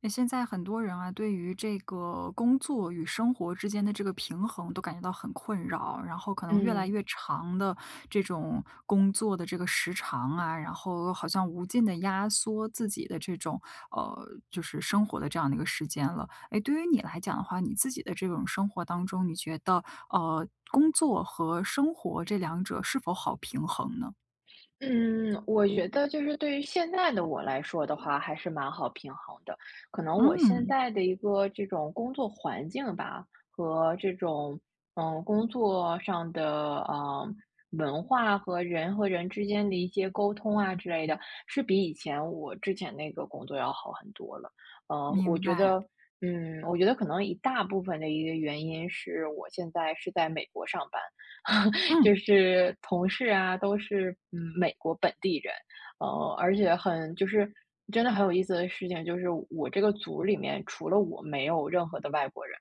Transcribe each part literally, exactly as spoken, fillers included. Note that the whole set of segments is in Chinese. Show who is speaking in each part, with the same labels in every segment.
Speaker 1: 那现在很多人啊，对于这个工作与生活之间的这个平衡都感觉到很困扰，然后可能越来
Speaker 2: 嗯
Speaker 1: 越长的这种工作的这个时长啊，然后好像无尽的压缩自己的这种呃，就是生活的这样的一个时间了。哎，对于你来讲的话，你自己的这种生活当中，你觉得呃，工作和生活这两者是否好平衡呢？
Speaker 2: 嗯，我觉得就是对于现在的我来说的话，还是蛮好平衡的。可能我现
Speaker 1: 嗯，
Speaker 2: 在的一个这种工作环境吧，和这种嗯工作上的嗯文化和人和人之间的一些沟通啊之类的，是比以前我之前那个工作要好很多了。呃，我
Speaker 1: 明
Speaker 2: 觉
Speaker 1: 白。
Speaker 2: 得，嗯，我觉得可能一大部分的一个原因是我现在是在美国上班。
Speaker 1: 嗯，
Speaker 2: 就是同事啊，都是嗯美国本地人。呃，而且很就是真的很有意思的事情，就是我这个组里面除了我没有任何的外国人，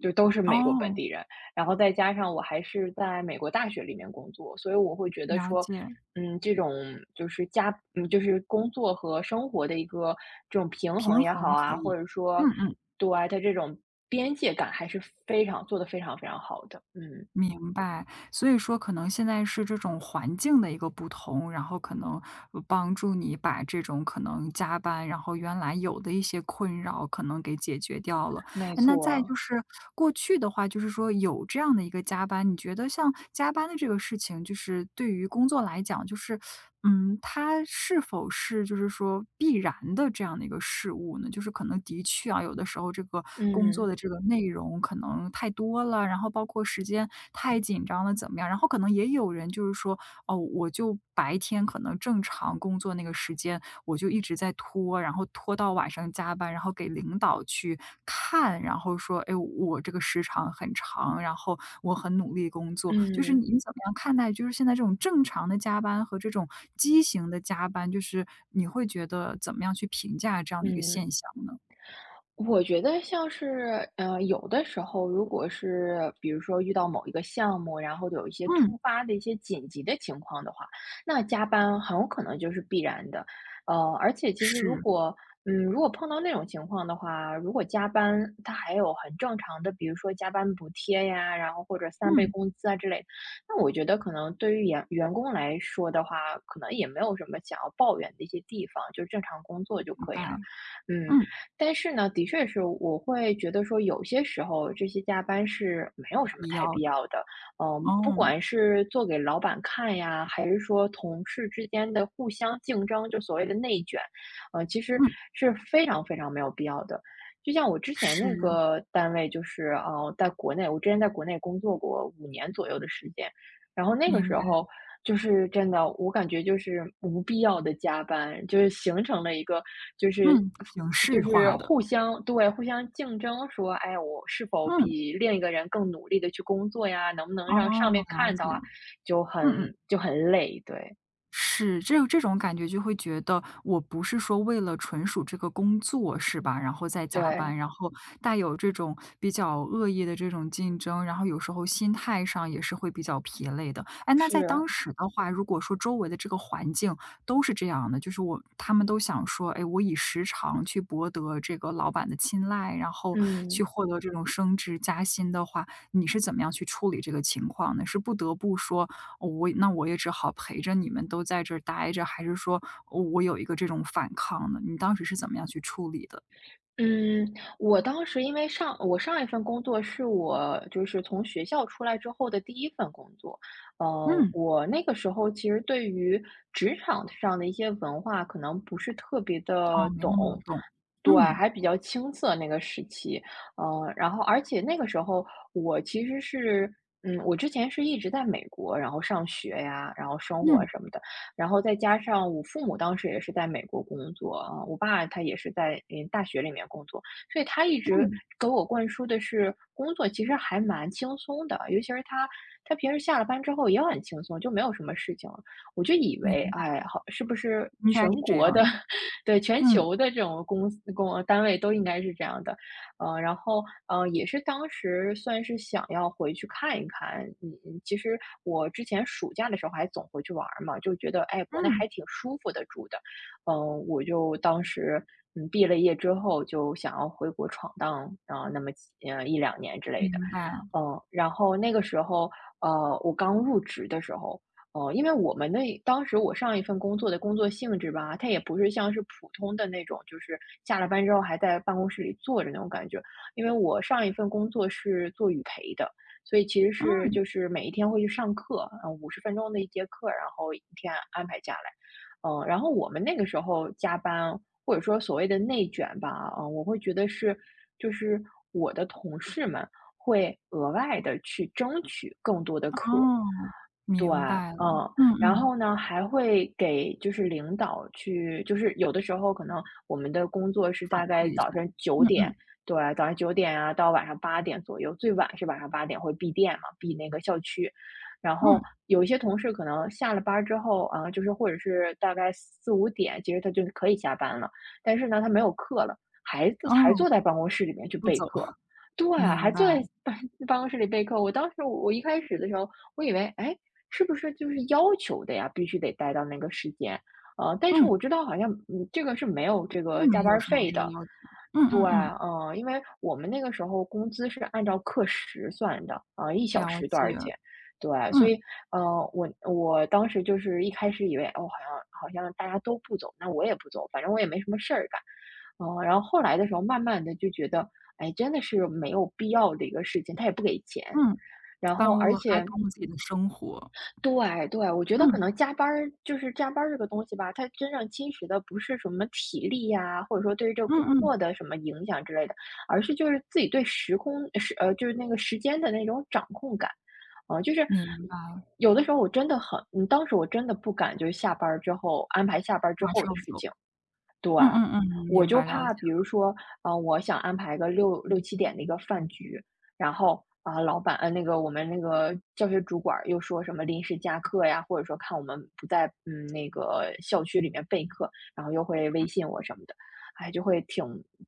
Speaker 2: 就都是美国本
Speaker 1: 哦，
Speaker 2: 地人，然后再加上我还是在美国大学里面工作，所以我会觉得
Speaker 1: 了
Speaker 2: 说，
Speaker 1: 解。
Speaker 2: 嗯，这种就是家，嗯，就是工作和生活的一个这种平衡
Speaker 1: 平
Speaker 2: 也好
Speaker 1: 衡
Speaker 2: 啊，
Speaker 1: 可
Speaker 2: 或
Speaker 1: 以，
Speaker 2: 者说，
Speaker 1: 嗯嗯，
Speaker 2: 对啊，它这种边界感还是非常做的非常非常好的。嗯，
Speaker 1: 明白。所以说可能现在是这种环境的一个不同，然后可能呃帮助你把这种可能加班，然后原来有的一些困扰可能给解决掉了。
Speaker 2: 没
Speaker 1: 嗯那再
Speaker 2: 错。
Speaker 1: 就是过去的话，就是说有这样的一个加班，你觉得像加班的这个事情，就是对于工作来讲，就是嗯，它是否是就是说必然的这样的一个事物呢？就是可能的确啊，有的时候这个工作
Speaker 2: 嗯
Speaker 1: 的这个内容可能太多了，然后包括时间太紧张了，怎么样？然后可能也有人就是说，哦，我就白天可能正常工作那个时间，我就一直在拖，然后拖到晚上加班，然后给领导去看，然后说：“哎，我这个时长很长，然后我很努力工作。”就是
Speaker 2: 嗯
Speaker 1: 你怎么样看待，就是现在这种正常的加班和这种畸形的加班，就是你会觉得怎么样去评价这样的一个
Speaker 2: 嗯，
Speaker 1: 现象呢？
Speaker 2: 我觉得像是，呃，有的时候如果是比如说遇到某一个项目，然后有一些
Speaker 1: 嗯，
Speaker 2: 突发的一些紧急的情况的话，那加班很有可能就是必然的。呃，而且其实如
Speaker 1: 是，
Speaker 2: 果，嗯，如果碰到那种情况的话，如果加班，它还有很正常的，比如说加班补贴呀，然后或者三倍
Speaker 1: 嗯，
Speaker 2: 工资啊之类的。那我觉得可能对于员员工来说的话，可能也没有什么想要抱怨的一些地方，就正常工作就
Speaker 1: 明
Speaker 2: 可以
Speaker 1: 白，
Speaker 2: 了。嗯，
Speaker 1: 嗯，
Speaker 2: 但是呢，的确是我会觉得说，有些时候这些加班是没有
Speaker 1: 没
Speaker 2: 什么
Speaker 1: 必要
Speaker 2: 太必
Speaker 1: 的，
Speaker 2: 要的。嗯，不
Speaker 1: 哦，
Speaker 2: 管是做给老板看呀，还是说同事之间的互相竞争，就所谓的内卷，呃，其实
Speaker 1: 嗯，
Speaker 2: 是非常非常没有必要的。就像我之前那
Speaker 1: 是，
Speaker 2: 个单位，就是呃，在国内，我之前在国内工作过五年左右的时间，然后那个
Speaker 1: 明
Speaker 2: 时
Speaker 1: 白，
Speaker 2: 候就是真的，我感觉就是无必要的加班，就是形成了一个就是
Speaker 1: 嗯，形式
Speaker 2: 就是
Speaker 1: 化的，
Speaker 2: 互相对，互相竞争说，哎，我是否
Speaker 1: 嗯，
Speaker 2: 比另一个人更努力的去工作呀？能不
Speaker 1: 哦，
Speaker 2: 能让上面
Speaker 1: 了
Speaker 2: 看到
Speaker 1: 解，
Speaker 2: 啊？就很
Speaker 1: 嗯嗯。
Speaker 2: 就很累。对，
Speaker 1: 是，这这种感觉就会觉得，我不是说为了纯属这个工作是吧，然后再加班，
Speaker 2: 对，
Speaker 1: 然后带有这种比较恶意的这种竞争，然后有时候心态上也是会比较疲累的。哎，那在
Speaker 2: 是，
Speaker 1: 当时的话，如果说周围的这个环境都是这样的，就是我他们都想说，哎，我以时长去博得这个老板的青睐，然后去
Speaker 2: 嗯。
Speaker 1: 获得这种升职加薪的话，你是怎么样去处理这个情况呢？是不得不说，哦我那我也只好陪着你们都在这儿待着，还是说，哦我有一个这种反抗呢？你当时是怎么样去处理的？
Speaker 2: 嗯，我当时因为上我上一份工作是我就是从学校出来之后的第一份工作，呃，
Speaker 1: 嗯，
Speaker 2: 我那个时候其实对于职场上的一些文化可能不是特别的
Speaker 1: 哦，没
Speaker 2: 懂，
Speaker 1: 那么懂。
Speaker 2: 对，
Speaker 1: 嗯，
Speaker 2: 还比较青涩那个时期。呃，然后而且那个时候我其实是，嗯，我之前是一直在美国，然后上学呀，然后生活
Speaker 1: 嗯，
Speaker 2: 什么的，然后再加上我父母当时也是在美国工作啊，我爸他也是在嗯大学里面工作，所以他一直
Speaker 1: 嗯，
Speaker 2: 给我灌输的是工作其实还蛮轻松的，尤其是他他平时下了班之后也很轻松，就没有什么事情了。我就以
Speaker 1: 明
Speaker 2: 为
Speaker 1: 白，
Speaker 2: 哎，好是不是
Speaker 1: 应该
Speaker 2: 全
Speaker 1: 是这
Speaker 2: 国
Speaker 1: 样
Speaker 2: 的
Speaker 1: 的。
Speaker 2: 对全
Speaker 1: 嗯，
Speaker 2: 球的这种公司公单位都应该是这样的？呃，然后呃，也是当时算是想要回去看一看，嗯，其实我之前暑假的时候还总回去玩儿嘛，就觉得哎，国内
Speaker 1: 嗯，
Speaker 2: 还挺舒服的住的。嗯，呃我就当时嗯毕了业之后就想要回国闯荡啊，那么几呃一两年之类的。
Speaker 1: 明白。
Speaker 2: 嗯，然后那个时候，呃，我刚入职的时候，呃，因为我们那当时我上一份工作的工作性质吧，它也不是像是普通的那种，就是下了班之后还在办公室里坐着那种感觉。因为我上一份工作是做语培的，所以其实是
Speaker 1: 嗯，
Speaker 2: 就是每一天会去上课，嗯，五十分钟的一节课，然后一天安排下来。嗯，然后我们那个时候加班，或者说所谓的内卷吧，嗯，我会觉得是，就是我的同事们会额外的去争取更多的课。
Speaker 1: 哦，
Speaker 2: 对，
Speaker 1: 明白了。
Speaker 2: 嗯，
Speaker 1: 嗯
Speaker 2: 然
Speaker 1: 嗯，
Speaker 2: 后呢，还会给就是领导去，就是有的时候可能我们的工作是
Speaker 1: 反
Speaker 2: 大概
Speaker 1: 馈一下。
Speaker 2: 早晨九
Speaker 1: 嗯
Speaker 2: 点，
Speaker 1: 嗯，
Speaker 2: 对，早上九点啊到晚上八点左右，最晚是晚上八点会闭店嘛，闭那个校区。然
Speaker 1: 嗯，
Speaker 2: 后有一些同事可能下了班儿之后啊，就是或者是大概四五点，其实他就可以下班了，但是呢，他没有课了，还还
Speaker 1: 哦，
Speaker 2: 坐在办公室里面去
Speaker 1: 不
Speaker 2: 备
Speaker 1: 走，
Speaker 2: 课。对啊，还
Speaker 1: 明
Speaker 2: 坐在
Speaker 1: 白。
Speaker 2: 办办公室里备课。我当时我一开始的时候，我以为，哎，是不是就是要求的呀，必须得待到那个时间？呃，但是
Speaker 1: 嗯，
Speaker 2: 我知道好像，嗯，这个是没有这
Speaker 1: 并
Speaker 2: 个
Speaker 1: 没
Speaker 2: 加班
Speaker 1: 有
Speaker 2: 儿
Speaker 1: 什么
Speaker 2: 费
Speaker 1: 这个
Speaker 2: 的。
Speaker 1: 要求。嗯
Speaker 2: 对，
Speaker 1: 嗯嗯，
Speaker 2: 嗯，因为我们那个时候工资是按照课时算的，啊一小
Speaker 1: 了
Speaker 2: 时多
Speaker 1: 解。
Speaker 2: 少钱。对，所以，
Speaker 1: 嗯，
Speaker 2: 呃，我我当时就是一开始以为，哦，好像好像大家都不走，那我也不走，反正我也没什么事儿干。嗯，然后后来的时候慢慢的就觉得，哎，真的是没有必要的一个事情，他也不给钱。
Speaker 1: 嗯。
Speaker 2: 然后
Speaker 1: 耽误
Speaker 2: 而
Speaker 1: 了，还
Speaker 2: 且，
Speaker 1: 耽误了自己的生活。
Speaker 2: 对对，我觉得可
Speaker 1: 嗯，
Speaker 2: 能加班儿就是加班儿这个东西吧，它真正侵蚀的不是什么体力呀，或者说对于这个
Speaker 1: 嗯
Speaker 2: 工
Speaker 1: 嗯，
Speaker 2: 作的什么影响之类的，而是就是自己对时空时呃，就是那个时间的那种掌控感。啊，就是
Speaker 1: 明白，
Speaker 2: 有的时候我真的很嗯，当时我真的不敢就是下班儿之后安排下班儿之
Speaker 1: 马
Speaker 2: 后的
Speaker 1: 上
Speaker 2: 事
Speaker 1: 走。
Speaker 2: 情，对，
Speaker 1: 嗯嗯嗯，
Speaker 2: 我
Speaker 1: 明
Speaker 2: 就
Speaker 1: 白，了
Speaker 2: 怕
Speaker 1: 解。
Speaker 2: 比如说，啊，我想安排个六六七点的一个饭局，然后，啊，老板呃，那个我们那个教学主管儿又说什么临时加课呀，或者说看我们不在，嗯，那个校区里面备课，然后又会微信我什么的，哎，就会挺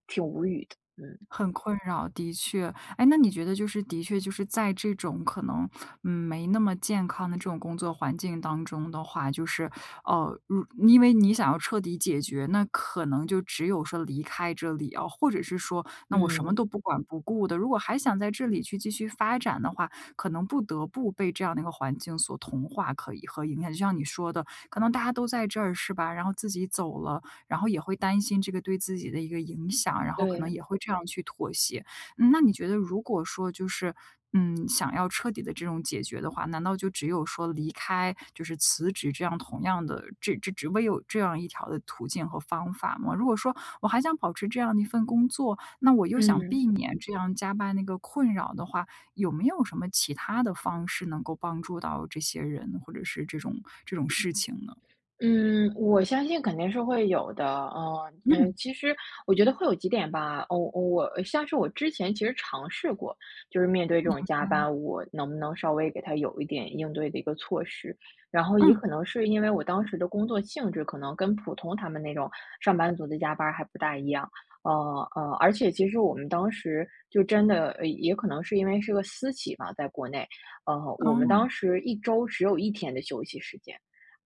Speaker 2: 挺无语的，嗯。
Speaker 1: 很困扰，的确。哎，那你觉得就是的确就是在这种可能，嗯，没那么健康的这种工作环境当中的话，就是，呃，如因为你想要彻底解决，那可能就只有说离开这里啊，或者是说，那我什么
Speaker 2: 嗯，
Speaker 1: 都不管不顾的。如果还想在这里去继续发展的话，可能不得不被这样的一个环境所同化，可以和影响。就像你说的，可能大家都在这儿是吧？然后自己走了，然后也会担心这个对自己的一个影响，然后可
Speaker 2: 对，
Speaker 1: 能也会这样去妥协。嗯那你觉得如果说就是，嗯，想要彻底的这种解决的话，难道就只有说离开，就是辞职这样同样的这这只为有这样一条的途径和方法吗？如果说我还想保持这样的一份工作，那我又想
Speaker 2: 嗯。
Speaker 1: 避免这样加班那个困扰的话，有没有什么其他的方式能够帮助到这些人，或者是这种这种事情呢？
Speaker 2: 嗯，我相信肯定是会有的，嗯嗯，
Speaker 1: 嗯，
Speaker 2: 其实我觉得会有几点吧，哦，哦我像是我之前其实尝试过，就是面对这种加班，我能不能稍微给他有一点应对的一个措施，然后也
Speaker 1: 嗯，
Speaker 2: 可能是因为我当时的工作性质可能跟普通他们那种上班族的加班还不大一样，呃呃，而且其实我们当时就真的，呃也可能是因为是个私企吧，在国内，呃，我们
Speaker 1: 哦，
Speaker 2: 当时一周只有一天的休息时间。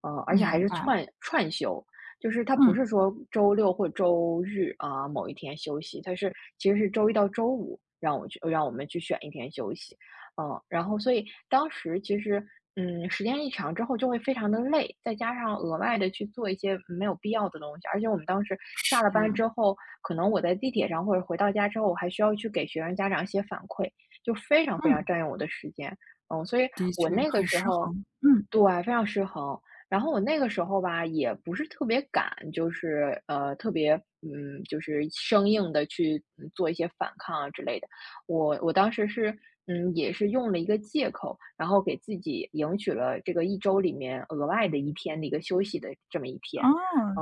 Speaker 2: 嗯，而且还
Speaker 1: 明
Speaker 2: 是
Speaker 1: 白。
Speaker 2: 串串休，就是它不
Speaker 1: 嗯，
Speaker 2: 是说周六或周日啊，某一天休息，它是其实是周一到周五让我去让我们去选一天休息，嗯，然后所以当时其实，嗯，时间一长之后就会非常的累，再加上额外的去做一些没有必要的东西，而且我们当时下了班
Speaker 1: 是，
Speaker 2: 之后，可能我在地铁上或者回到家之后，我还需要去给学生家长一些反馈，就非常非常
Speaker 1: 嗯，
Speaker 2: 占用我的时间，嗯，所以
Speaker 1: 的
Speaker 2: 我
Speaker 1: 确，
Speaker 2: 那个
Speaker 1: 很
Speaker 2: 时
Speaker 1: 失
Speaker 2: 候。
Speaker 1: 衡，嗯，
Speaker 2: 对，非常失衡。然后我那个时候吧，也不是特别敢，就是呃，特别嗯，就是生硬的去嗯做一些反抗啊之类的。我我当时是嗯，也是用了一个借口，然后给自己赢取了这个一周里面额外的一天的一个休息的这么一
Speaker 1: 哦，
Speaker 2: 天。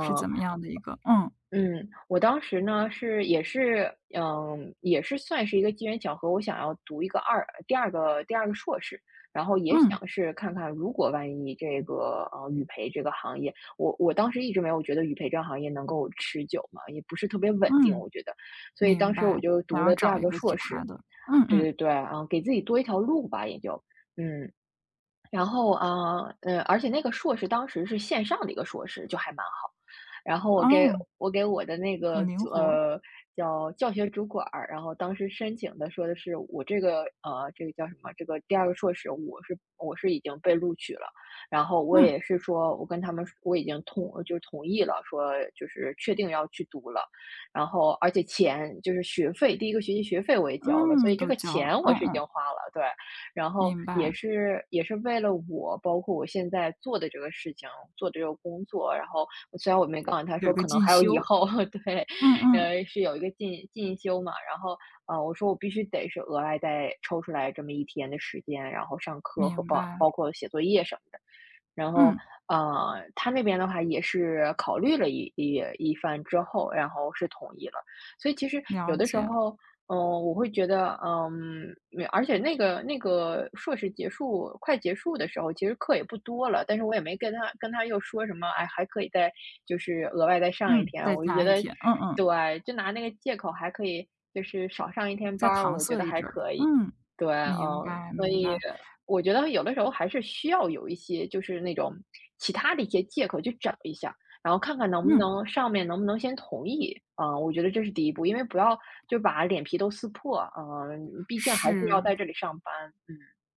Speaker 1: 是怎么样的一个嗯，
Speaker 2: 嗯，我当时呢是也是，嗯，也是算是一个机缘巧合，我想要读一个二第二个第二个硕士，然后也
Speaker 1: 嗯，
Speaker 2: 想是看看，如果万一这个呃语培这个行业，我我当时一直没有觉得语培这个行业能够持久嘛，也不是特别稳定，
Speaker 1: 嗯，
Speaker 2: 我觉得，所以当
Speaker 1: 明
Speaker 2: 时
Speaker 1: 白，
Speaker 2: 我就
Speaker 1: 想
Speaker 2: 读
Speaker 1: 要
Speaker 2: 了第
Speaker 1: 找
Speaker 2: 二
Speaker 1: 一
Speaker 2: 个
Speaker 1: 个其
Speaker 2: 硕
Speaker 1: 他
Speaker 2: 士，
Speaker 1: 的，嗯
Speaker 2: 对
Speaker 1: 嗯，
Speaker 2: 对对，啊，给自己多一条路吧，也就，嗯，然后啊，呃，呃而且那个硕士当时是线上的一个硕士，就还蛮好。然后我给
Speaker 1: 哦，
Speaker 2: 我给我的那个
Speaker 1: 很灵
Speaker 2: 组
Speaker 1: 活，
Speaker 2: 呃叫教学主管儿，然后当时申请的说的是我这个呃这个叫什么这个第二个硕士，我是我是已经被录取了，然后我
Speaker 1: 嗯，
Speaker 2: 也是说我跟他们说我已经同就是同意了，说就是确定要去读了，然后而且钱就是学费，第一个学期学费我也交了，所
Speaker 1: 嗯，
Speaker 2: 以这
Speaker 1: 都
Speaker 2: 个
Speaker 1: 教了，
Speaker 2: 钱
Speaker 1: 嗯
Speaker 2: 我是已经
Speaker 1: 嗯，
Speaker 2: 花了，对。然后
Speaker 1: 明白，
Speaker 2: 也是也是为了我，包括我现在做的这个事情，做的这个工作，然后虽然我没告诉他
Speaker 1: 有一
Speaker 2: 说
Speaker 1: 个
Speaker 2: 可能
Speaker 1: 进
Speaker 2: 还有以
Speaker 1: 修，
Speaker 2: 后，对，
Speaker 1: 嗯嗯，
Speaker 2: 呃，是有一个进进修嘛，然后呃，我说我必须得是额外再抽出来这么一天的时间，然后上课和
Speaker 1: 明
Speaker 2: 包
Speaker 1: 白，
Speaker 2: 包括写作业什么的，然后，
Speaker 1: 嗯，
Speaker 2: 呃，他那边的话也是考虑了一一一番之后，然后是同意了。所以其实
Speaker 1: 了
Speaker 2: 有的时
Speaker 1: 解，
Speaker 2: 候，嗯，我会觉得，呃嗯，没而且那个那个硕士结束快结束的时候，其实课也不多了，但是我也没跟他跟他又说什么，哎，还可以再就是额外再上一
Speaker 1: 嗯，
Speaker 2: 天，
Speaker 1: 再
Speaker 2: 我就觉
Speaker 1: 加一
Speaker 2: 得，
Speaker 1: 天，嗯嗯，
Speaker 2: 对，就拿那个借口还可以，就是少上一天
Speaker 1: 再
Speaker 2: 班儿，
Speaker 1: 搪
Speaker 2: 我觉
Speaker 1: 塞
Speaker 2: 得
Speaker 1: 一
Speaker 2: 还
Speaker 1: 阵儿，
Speaker 2: 可以。
Speaker 1: 嗯，
Speaker 2: 对，
Speaker 1: 明
Speaker 2: 嗯，
Speaker 1: 白
Speaker 2: 所
Speaker 1: 明
Speaker 2: 以
Speaker 1: 白，
Speaker 2: 我觉得有的时候还是需要有一些就是那种其他的一些借口去找一下，然后看看能不
Speaker 1: 嗯，
Speaker 2: 能上面能不能先同意。啊。我觉得这是第一步，因为不要就把脸皮都撕破，嗯，毕竟还是要
Speaker 1: 是。
Speaker 2: 在这里上班。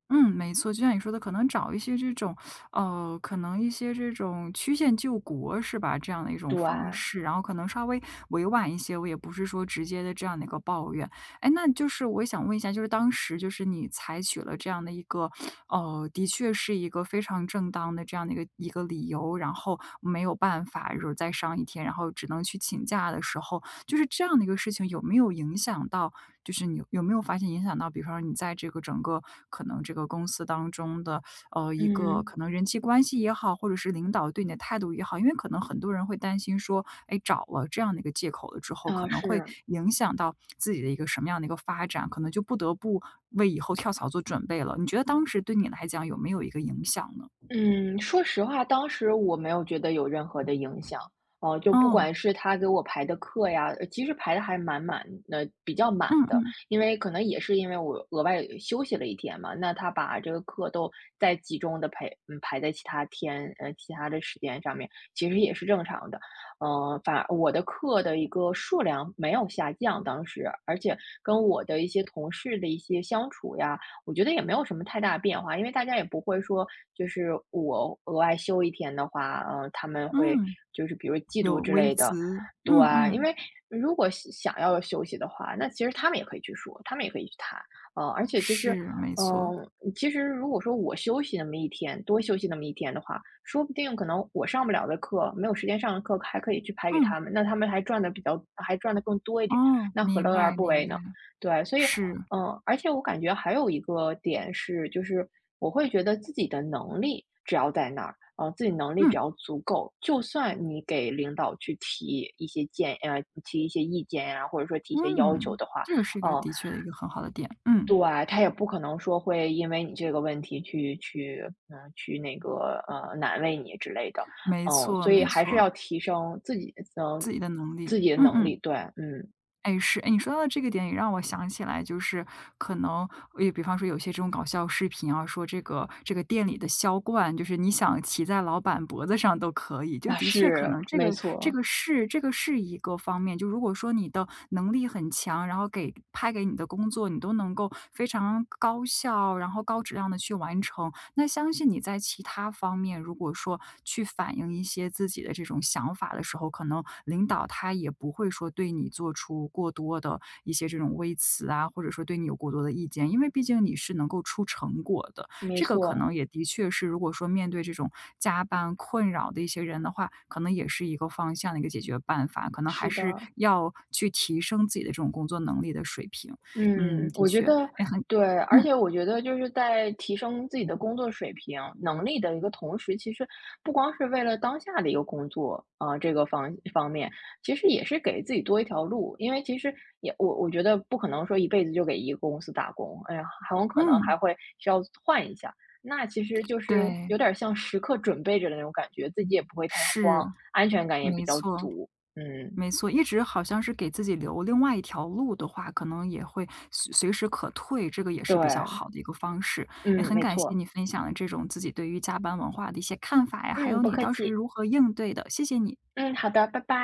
Speaker 1: 嗯，没错，就像你说的，可能找一些这种，呃，可能一些这种曲线救国是吧？这样的一种
Speaker 2: 对，
Speaker 1: 方式，然后可能稍微委婉一些，我也不是说直接的这样的一个抱怨。哎，那就是我也想问一下，就是当时就是你采取了这样的一个，呃，的确是一个非常正当的这样的一个一个理由，然后没有办法，就是再上一天，然后只能去请假的时候，就是这样的一个事情有没有影响到就是你有没有发现影响到，比方说你在这个整个可能这个公司当中的呃一个可
Speaker 2: 嗯，
Speaker 1: 能人际关系也好，或者是领导对你的态度也好，因为可能很多人会担心说，哎，找了这样的一个借口了之后，可
Speaker 2: 啊，
Speaker 1: 能会
Speaker 2: 是。
Speaker 1: 影响到自己的一个什么样的一个发展，可能就不得不为以后跳槽做准备了。你觉得当时对你来讲有没有一个影响呢？
Speaker 2: 嗯，说实话，当时我没有觉得有任何的影响，哦，就不
Speaker 1: 哦，
Speaker 2: 管是他给我排的课呀，呃其实排的还蛮满的，比较满
Speaker 1: 嗯
Speaker 2: 的，
Speaker 1: 嗯
Speaker 2: 因为可能也是因为我额外休息了一天嘛，那他把这个课都再集中的排，嗯，排在其他天，呃，其他的时间上面，其实也是正常的，嗯、反而我的课的一个数量没有下降，当时，而且跟我的一些同事的一些相处呀。我觉得也没有什么太大变化，因为大家也不会说，就是我额外休一天的话，嗯、他们会
Speaker 1: 嗯，
Speaker 2: 就是比如嫉妒
Speaker 1: 有
Speaker 2: 之
Speaker 1: 微
Speaker 2: 类的，
Speaker 1: 词，
Speaker 2: 对
Speaker 1: 嗯
Speaker 2: 啊，因
Speaker 1: 嗯，
Speaker 2: 为如果想想要休息的话，那其实他们也可以去说，他们也可以去谈，嗯、而且其实，
Speaker 1: 是没错，
Speaker 2: 嗯、其实如果说我休息那么一天，多休息那么一天的话，说不定可能我上不了的课，没有时间上的课，还可以去排给
Speaker 1: 嗯，
Speaker 2: 他们，那他们还赚的比较，还赚的更多一点，
Speaker 1: 哦，
Speaker 2: 那何
Speaker 1: 明
Speaker 2: 乐而
Speaker 1: 白
Speaker 2: 不
Speaker 1: 明
Speaker 2: 为
Speaker 1: 白，
Speaker 2: 呢？对啊，所以
Speaker 1: 是，
Speaker 2: 嗯，而且我感觉还有一个点是，就是我会觉得自己的能力只要在那儿，呃，自己能力只
Speaker 1: 嗯。
Speaker 2: 要足够，就算你给领导去提一些建呃，提一些意见呀，或者说提一些要求
Speaker 1: 嗯，
Speaker 2: 的话，
Speaker 1: 这个是一个
Speaker 2: 呃，
Speaker 1: 的确的一个很好的点，嗯，
Speaker 2: 对，他也不可能说会因为你这个问题去去嗯，去那个，呃，难为你之类的。
Speaker 1: 没
Speaker 2: 嗯，
Speaker 1: 错
Speaker 2: 所以
Speaker 1: 没
Speaker 2: 还是
Speaker 1: 错，
Speaker 2: 要提升自己的
Speaker 1: 自己的能力，
Speaker 2: 自己的
Speaker 1: 嗯
Speaker 2: 能力，
Speaker 1: 嗯，
Speaker 2: 对，嗯，
Speaker 1: 哎是，哎你说到这个点也让我想起来，就是可能也比方说有些这种搞笑视频啊，说这个这个店里的销冠，就是你想骑在老板脖子上都可以，就
Speaker 2: 啊，
Speaker 1: 的确可
Speaker 2: 是，
Speaker 1: 能这
Speaker 2: 没
Speaker 1: 个这
Speaker 2: 错，
Speaker 1: 个是这个是一个方面，就如果说你的能力很强，然后给派给你的工作你都能够非常高效，然后高质量的去完成，那相信你在其他方面，如果说去反映一些自己的这种想法的时候，可能领导他也不会说对你做出过多的一些这种微词啊，或者说对你有过多的意见，因为毕竟你是能够出成果的。
Speaker 2: 没
Speaker 1: 这个可
Speaker 2: 错，
Speaker 1: 能也的确是，如果说面对这种加班困扰的一些人的话，可能也是一个方向的一个解决办法，可能还
Speaker 2: 是
Speaker 1: 是
Speaker 2: 的。
Speaker 1: 要去提升自己的这种工作能力的水平。嗯，
Speaker 2: 嗯，
Speaker 1: 的
Speaker 2: 我觉
Speaker 1: 确，
Speaker 2: 得
Speaker 1: 哎，很
Speaker 2: 对，而
Speaker 1: 嗯
Speaker 2: 且我觉得就是在提升自己的工作水平、能力的一个同时，其实不光是为了当下的一个工作啊，呃这个方方面，其实也是给自己多一条路。因为其实也我我觉得不可能说一辈子就给一个公司打工，哎呀，很有可能
Speaker 1: 嗯，
Speaker 2: 还会需要换一下。那其实就是
Speaker 1: 对，
Speaker 2: 有点像时刻准备着的那种感觉，自己也不会太慌，
Speaker 1: 是。
Speaker 2: 安全感也比
Speaker 1: 没
Speaker 2: 较
Speaker 1: 错，
Speaker 2: 足。嗯，
Speaker 1: 没错，一直好像是给自己留另外一条路的话，可能也会随随时可退，这个也是比较
Speaker 2: 对，
Speaker 1: 好的一个方式。也
Speaker 2: 嗯，
Speaker 1: 很
Speaker 2: 没
Speaker 1: 感谢
Speaker 2: 错，
Speaker 1: 你分享了这种自己对于加班文化的一些看法呀，还
Speaker 2: 嗯，
Speaker 1: 有
Speaker 2: 不
Speaker 1: 你
Speaker 2: 客
Speaker 1: 当时
Speaker 2: 气。
Speaker 1: 如何应对的，谢谢你，
Speaker 2: 嗯，好的，拜拜，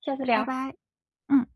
Speaker 2: 下次
Speaker 1: 拜
Speaker 2: 聊。
Speaker 1: 拜，嗯。